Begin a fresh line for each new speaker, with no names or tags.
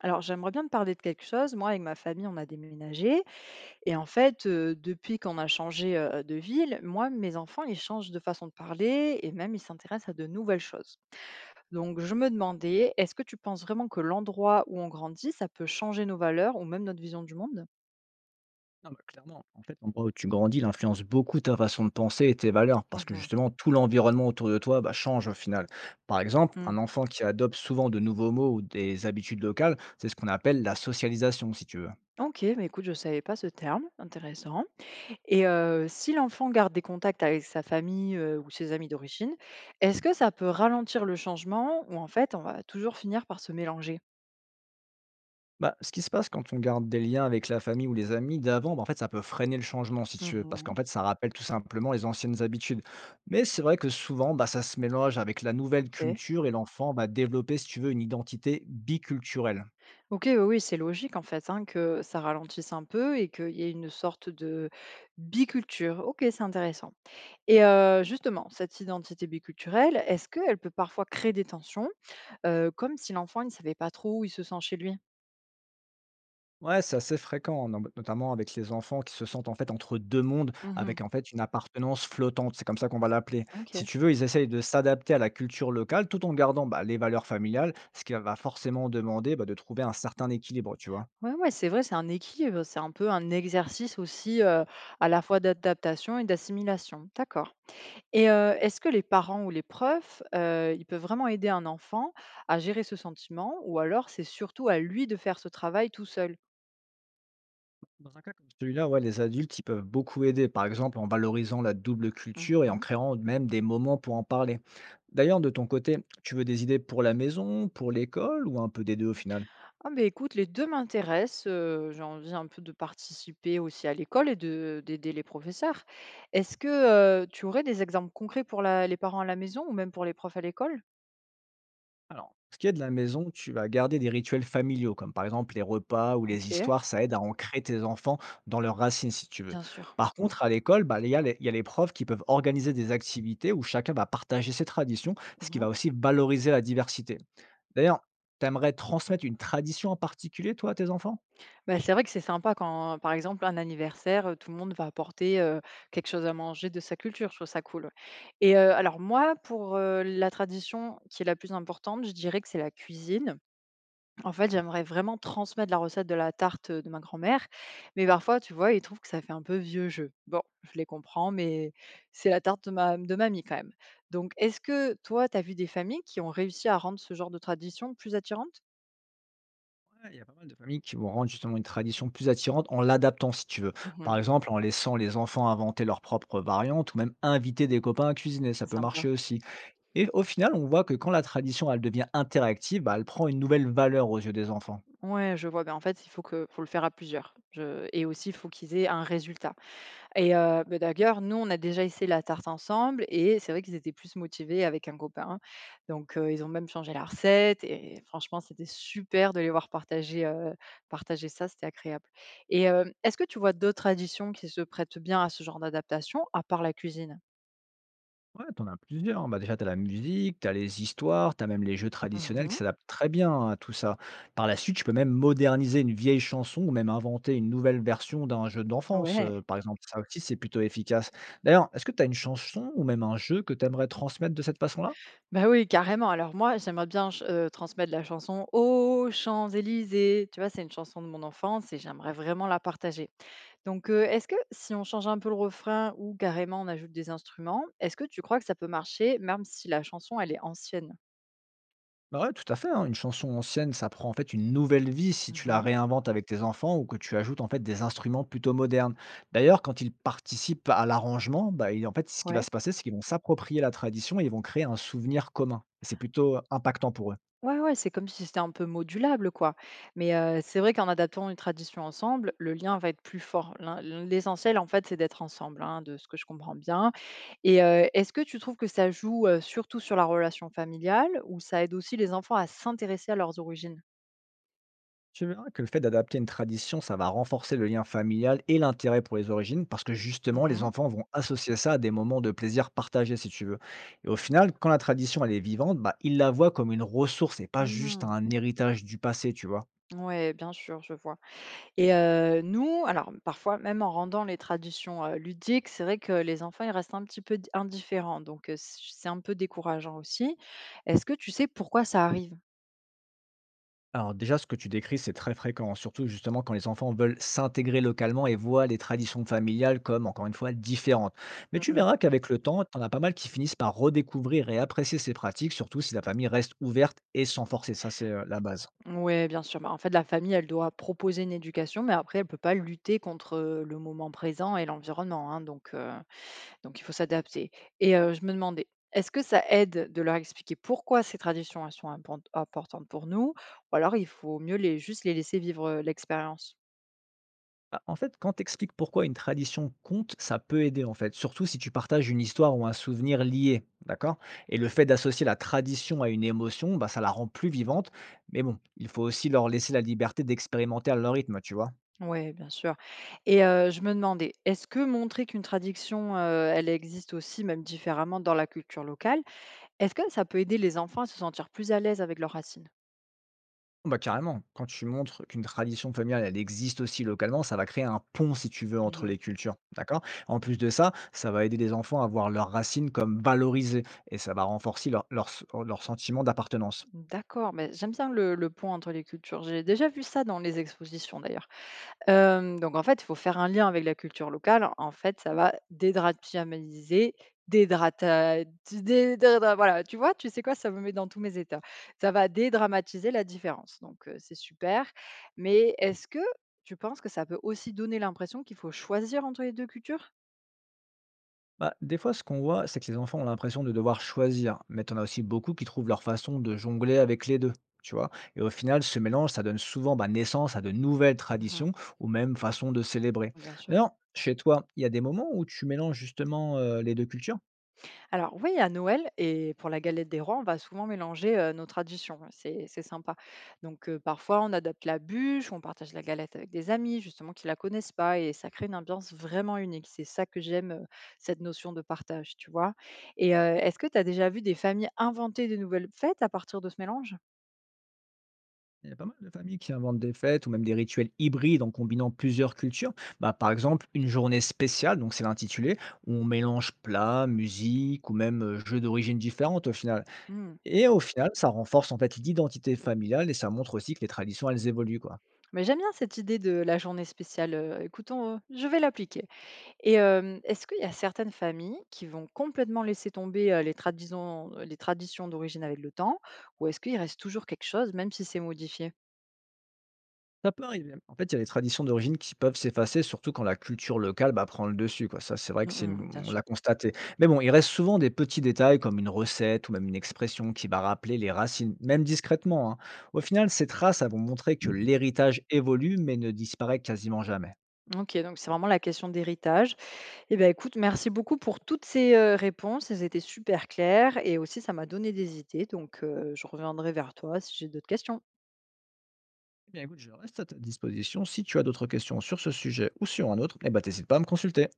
Alors, j'aimerais bien te parler de quelque chose. Moi, avec ma famille, on a déménagé. Et en fait, depuis qu'on a changé, de ville, moi, mes enfants, ils changent de façon de parler et même ils s'intéressent à de nouvelles choses. Donc, je me demandais, est-ce que tu penses vraiment que l'endroit où on grandit, ça peut changer nos valeurs ou même notre vision du monde?
Non, bah, clairement, en fait, l'endroit où tu grandis, il influence beaucoup ta façon de penser et tes valeurs, parce
Mmh
que
mh.
justement, tout l'environnement autour de toi bah, change au final. Par exemple, un
Mmh.
enfant qui adopte souvent de nouveaux mots ou des habitudes locales, c'est ce qu'on appelle la socialisation, si tu veux.
OK, mais écoute, je ne savais pas ce terme, intéressant. Et si l'enfant garde des contacts avec sa famille, ou ses amis d'origine, est-ce que ça peut ralentir le changement ou en fait, on va toujours finir par se mélanger?
Bah, ce qui se passe quand on garde des liens avec la famille ou les amis d'avant, bah, en fait, ça peut freiner le changement, si tu veux, parce qu'en
Mmh.
fait, ça rappelle tout simplement les anciennes habitudes. Mais c'est vrai que souvent, bah, ça se mélange avec la nouvelle
OK.
culture et l'enfant va développer, si tu veux, une identité biculturelle.
OK, oui, oui, c'est logique en fait, hein, que ça ralentisse un peu et qu'il y ait une sorte de biculture. OK, c'est intéressant et justement, cette identité biculturelle, est-ce qu'elle peut parfois créer des tensions, comme si l'enfant, il ne savait pas trop où il se sent chez lui?
Ouais, c'est assez fréquent, nom notamment avec les enfants qui se sentent, en fait, entre 2 mondes,
Mmh.
avec, en fait, une appartenance flottante, c'est comme ça qu'on va l'appeler. Si
OK.
tu veux, ils essayent de s'adapter à la culture locale tout en gardant, bah, les valeurs familiales, ce qui va forcément demander, bah, de trouver un certain équilibre, tu vois?
Ouais, ouais, c'est vrai, c'est un équilibre, c'est un peu un exercice aussi, à la fois d'adaptation et d'assimilation. D'accord. Et est-ce que les parents ou les profs, ils peuvent vraiment aider un enfant à gérer ce sentiment ou alors c'est surtout à lui de faire ce travail tout seul?
Dans un cas comme celui-là, ouais, les adultes, ils peuvent beaucoup aider, par exemple, en valorisant la double culture et en
Mmh.
créant même des moments pour en parler. D'ailleurs, de ton côté, tu veux des idées pour la maison, pour l'école ou un peu des 2 au final?
Ah ben écoute, les 2 m'intéressent, j'ai envie un peu de participer aussi à l'école et de d'aider les professeurs. Est-ce que, tu aurais des exemples concrets pour la les parents à la maison ou même pour les profs à l'école?
Alors, ce qui est de la maison, tu vas garder des rituels familiaux, comme par exemple les repas ou les
OK.
histoires, ça aide à ancrer tes enfants dans leurs racines, si tu veux.
Bien sûr.
Par contre, à l'école, bah, il y a les profs qui peuvent organiser des activités où chacun va partager ses traditions, ce qui
Mmh.
va aussi valoriser la diversité. D'ailleurs, t'aimerais transmettre une tradition en particulier, toi, à tes enfants?
Bah, c'est vrai que c'est sympa quand, par exemple, un anniversaire, tout le monde va apporter, quelque chose à manger de sa culture. Je trouve ça cool, ouais, et alors moi, pour, la tradition qui est la plus importante, je dirais que c'est la cuisine. En fait, j'aimerais vraiment transmettre la recette de la tarte, de ma grand-mère, mais parfois, tu vois, ils trouvent que ça fait un peu vieux jeu. Bon, je les comprends, mais c'est la tarte de ma de mamie quand même. Donc est-ce que toi, tu as vu des familles qui ont réussi à rendre ce genre de tradition plus attirante?
Ouais, il y a pas mal de familles qui vont rendre justement une tradition plus attirante en l'adaptant, si tu veux. Par
Mmh.
exemple, en laissant les enfants inventer leurs propres variantes ou même inviter des copains à cuisiner, ça peut marcher
Sympa.
aussi. Et au final, on voit que quand la tradition, elle devient interactive, bah, elle prend une nouvelle valeur aux yeux des enfants.
Ouais, je vois. Ben, en fait, il faut que faut le faire à plusieurs. Je et aussi, il faut qu'ils aient un résultat. Et d'ailleurs, nous, on a déjà essayé la tarte ensemble et c'est vrai qu'ils étaient plus motivés avec un copain. Donc ils ont même changé la recette et franchement, c'était super de les voir partager ça, c'était agréable. Et est-ce que tu vois d'autres traditions qui se prêtent bien à ce genre d'adaptation, à part la cuisine?
Ouais, t'en as plusieurs, hein. Bah, déjà, t'as la musique, t'as les histoires, t'as même les jeux traditionnels qui
Mmh.
s'adaptent très bien à tout ça. Par la suite, tu peux même moderniser une vieille chanson ou même inventer une nouvelle version d'un jeu d'enfance,
Ouais.
par exemple, ça aussi, c'est plutôt efficace. D'ailleurs, est-ce que t'as une chanson ou même un jeu que t'aimerais transmettre de cette façon-là?
Bah, oui, carrément. Alors moi, j'aimerais bien ch transmettre la chanson «Aux Champs-Élysées», tu vois? C'est une chanson de mon enfance et j'aimerais vraiment la partager. Donc, est-ce que si on change un peu le refrain ou carrément on ajoute des instruments, est-ce que tu crois que ça peut marcher même si la chanson elle est ancienne?
Bah, ouais, tout à fait, hein. Une chanson ancienne, ça prend en fait une nouvelle vie si tu la
Mmh.
réinventes avec tes enfants ou que tu ajoutes en fait des instruments plutôt modernes. D'ailleurs, quand ils participent à l'arrangement, bah, en fait, ce qui va
Ouais.
se passer, c'est qu'ils vont s'approprier la tradition et ils vont créer un souvenir commun. Et c'est plutôt impactant pour eux.
Ouais, ouais, c'est comme si c'était un peu modulable, quoi. Mais c'est vrai qu'en adaptant une tradition ensemble, le lien va être plus fort. L'essentiel, en fait, c'est d'être ensemble, hein, de ce que je comprends bien et est-ce que tu trouves que ça joue, surtout sur la relation familiale ou ça aide aussi les enfants à s'intéresser à leurs origines?
Tu verras que le fait d'adapter une tradition, ça va renforcer le lien familial et l'intérêt pour les origines parce que justement,
Mmh
les
mh.
enfants vont associer ça à des moments de plaisir partagés, si tu veux. Et au final, quand la tradition, elle est vivante, bah, ils la voient comme une ressource et pas juste
Mmh,
un héritage du passé, tu vois.
ouais, bien sûr, je vois. Et nous, alors parfois même en rendant les traditions, ludiques, c'est vrai que les enfants, ils restent un petit peu d indifférents donc c'est un peu décourageant aussi. Est-ce que tu sais pourquoi ça arrive?
Alors déjà, ce que tu décris, c'est très fréquent, surtout justement quand les enfants veulent s'intégrer localement et voient les traditions familiales comme, encore une fois, différentes. Mais tu
Oui,
verras qu'avec le temps, t'en as pas mal qui finissent par redécouvrir et apprécier ces pratiques, surtout si la famille reste ouverte et sans forcer. Ça, c'est la base.
bien sûr. Bah, en fait, la famille, elle doit proposer une éducation, mais après, elle peut pas lutter contre, le moment présent et l'environnement, hein, donc il faut s'adapter. Et je me demandais, est-ce que ça aide de leur expliquer pourquoi ces traditions, elles sont importantes pour nous? Ou alors il faut mieux les juste les laisser vivre, l'expérience?
Bah, en fait, quand t'expliques pourquoi une tradition compte, ça peut aider en fait, surtout si tu partages une histoire ou un souvenir lié, d'accord? Et le fait d'associer la tradition à une émotion, bah, ça la rend plus vivante. Mais bon, il faut aussi leur laisser la liberté d'expérimenter à leur rythme, tu vois.
Ouais, bien sûr. Et je me demandais, est-ce que montrer qu'une tradiction, elle existe aussi, même différemment dans la culture locale, est-ce que ça peut aider les enfants à se sentir plus à l'aise avec leurs racines?
Oh, bah, carrément, quand tu montres qu'une tradition familiale, elle existe aussi localement, ça va créer un pont, si tu veux, entre
Mmh.
les cultures, d'accord? En plus de ça, ça va aider les enfants à voir leurs racines comme valorisées et ça va renforcer leur sentiment d'appartenance.
D'accord, mais j'aime bien le pont entre les cultures. J'ai déjà vu ça dans les expositions d'ailleurs. Donc en fait, il faut faire un lien avec la culture locale. En fait, ça va dédramatiser, dédrata dédra voilà, tu vois? Tu sais quoi? Ça me met dans tous mes états. Ça va dédramatiser la différence, donc c'est super. Mais est-ce que tu penses que ça peut aussi donner l'impression qu'il faut choisir entre les 2 cultures?
Bah, des fois, ce qu'on voit, c'est que les enfants ont l'impression de devoir choisir, mais t'en as aussi beaucoup qui trouvent leur façon de jongler avec les deux, tu vois? Et au final, ce mélange, ça donne souvent bah, naissance à de nouvelles
Mmh.
traditions ou même façons de célébrer.
Bien sûr.
D'ailleurs, chez toi, il y a des moments où tu mélanges justement les deux cultures?
Alors oui, à Noël et pour la galette des rois, on va souvent mélanger nos traditions, hein. C'est sympa. Donc parfois, on adapte la bûche, on partage la galette avec des amis, justement, qui la connaissent pas, et ça crée une ambiance vraiment unique. C'est ça que j'aime, cette notion de partage, tu vois. Et est-ce que tu as déjà vu des familles inventer de nouvelles fêtes à partir de ce mélange?
Il y a pas mal de familles qui inventent des fêtes ou même des rituels hybrides en combinant plusieurs cultures. Bah, par exemple, une journée spéciale, donc c'est l'intitulé, où on mélange plats, musique ou même jeux d'origine différentes au final.
Hmm.
Et au final, ça renforce en fait l'identité familiale et ça montre aussi que les traditions, elles évoluent, quoi.
Mais j'aime bien cette idée de la journée spéciale. Écoutons, je vais l'appliquer. Et est-ce qu'il y a certaines familles qui vont complètement laisser tomber, les traditions d'origine avec le temps? Ou est-ce qu'il reste toujours quelque chose, même si c'est modifié?
Ça peut arriver. En fait, il y a les traditions d'origine qui peuvent s'effacer, surtout quand la culture locale, bah, prend le dessus, quoi. Ça, c'est vrai que
Mmh
c'est une
mh, bien
on
sûr.
l'a constaté. Mais bon, il reste souvent des petits détails comme une recette ou même une expression qui va rappeler les racines, même discrètement, hein. Au final, ces traces, elles vont montrer que l'héritage évolue, mais ne disparaît quasiment jamais.
OK, donc c'est vraiment la question d'héritage. Eh bien, écoute, merci beaucoup pour toutes ces, réponses. Elles étaient super claires et aussi ça m'a donné des idées, donc je reviendrai vers toi si j'ai d'autres questions.
Eh bien, écoute, je reste à ta disposition. Si tu as d'autres questions sur ce sujet ou sur un autre, eh ben, t'hésites pas à me consulter.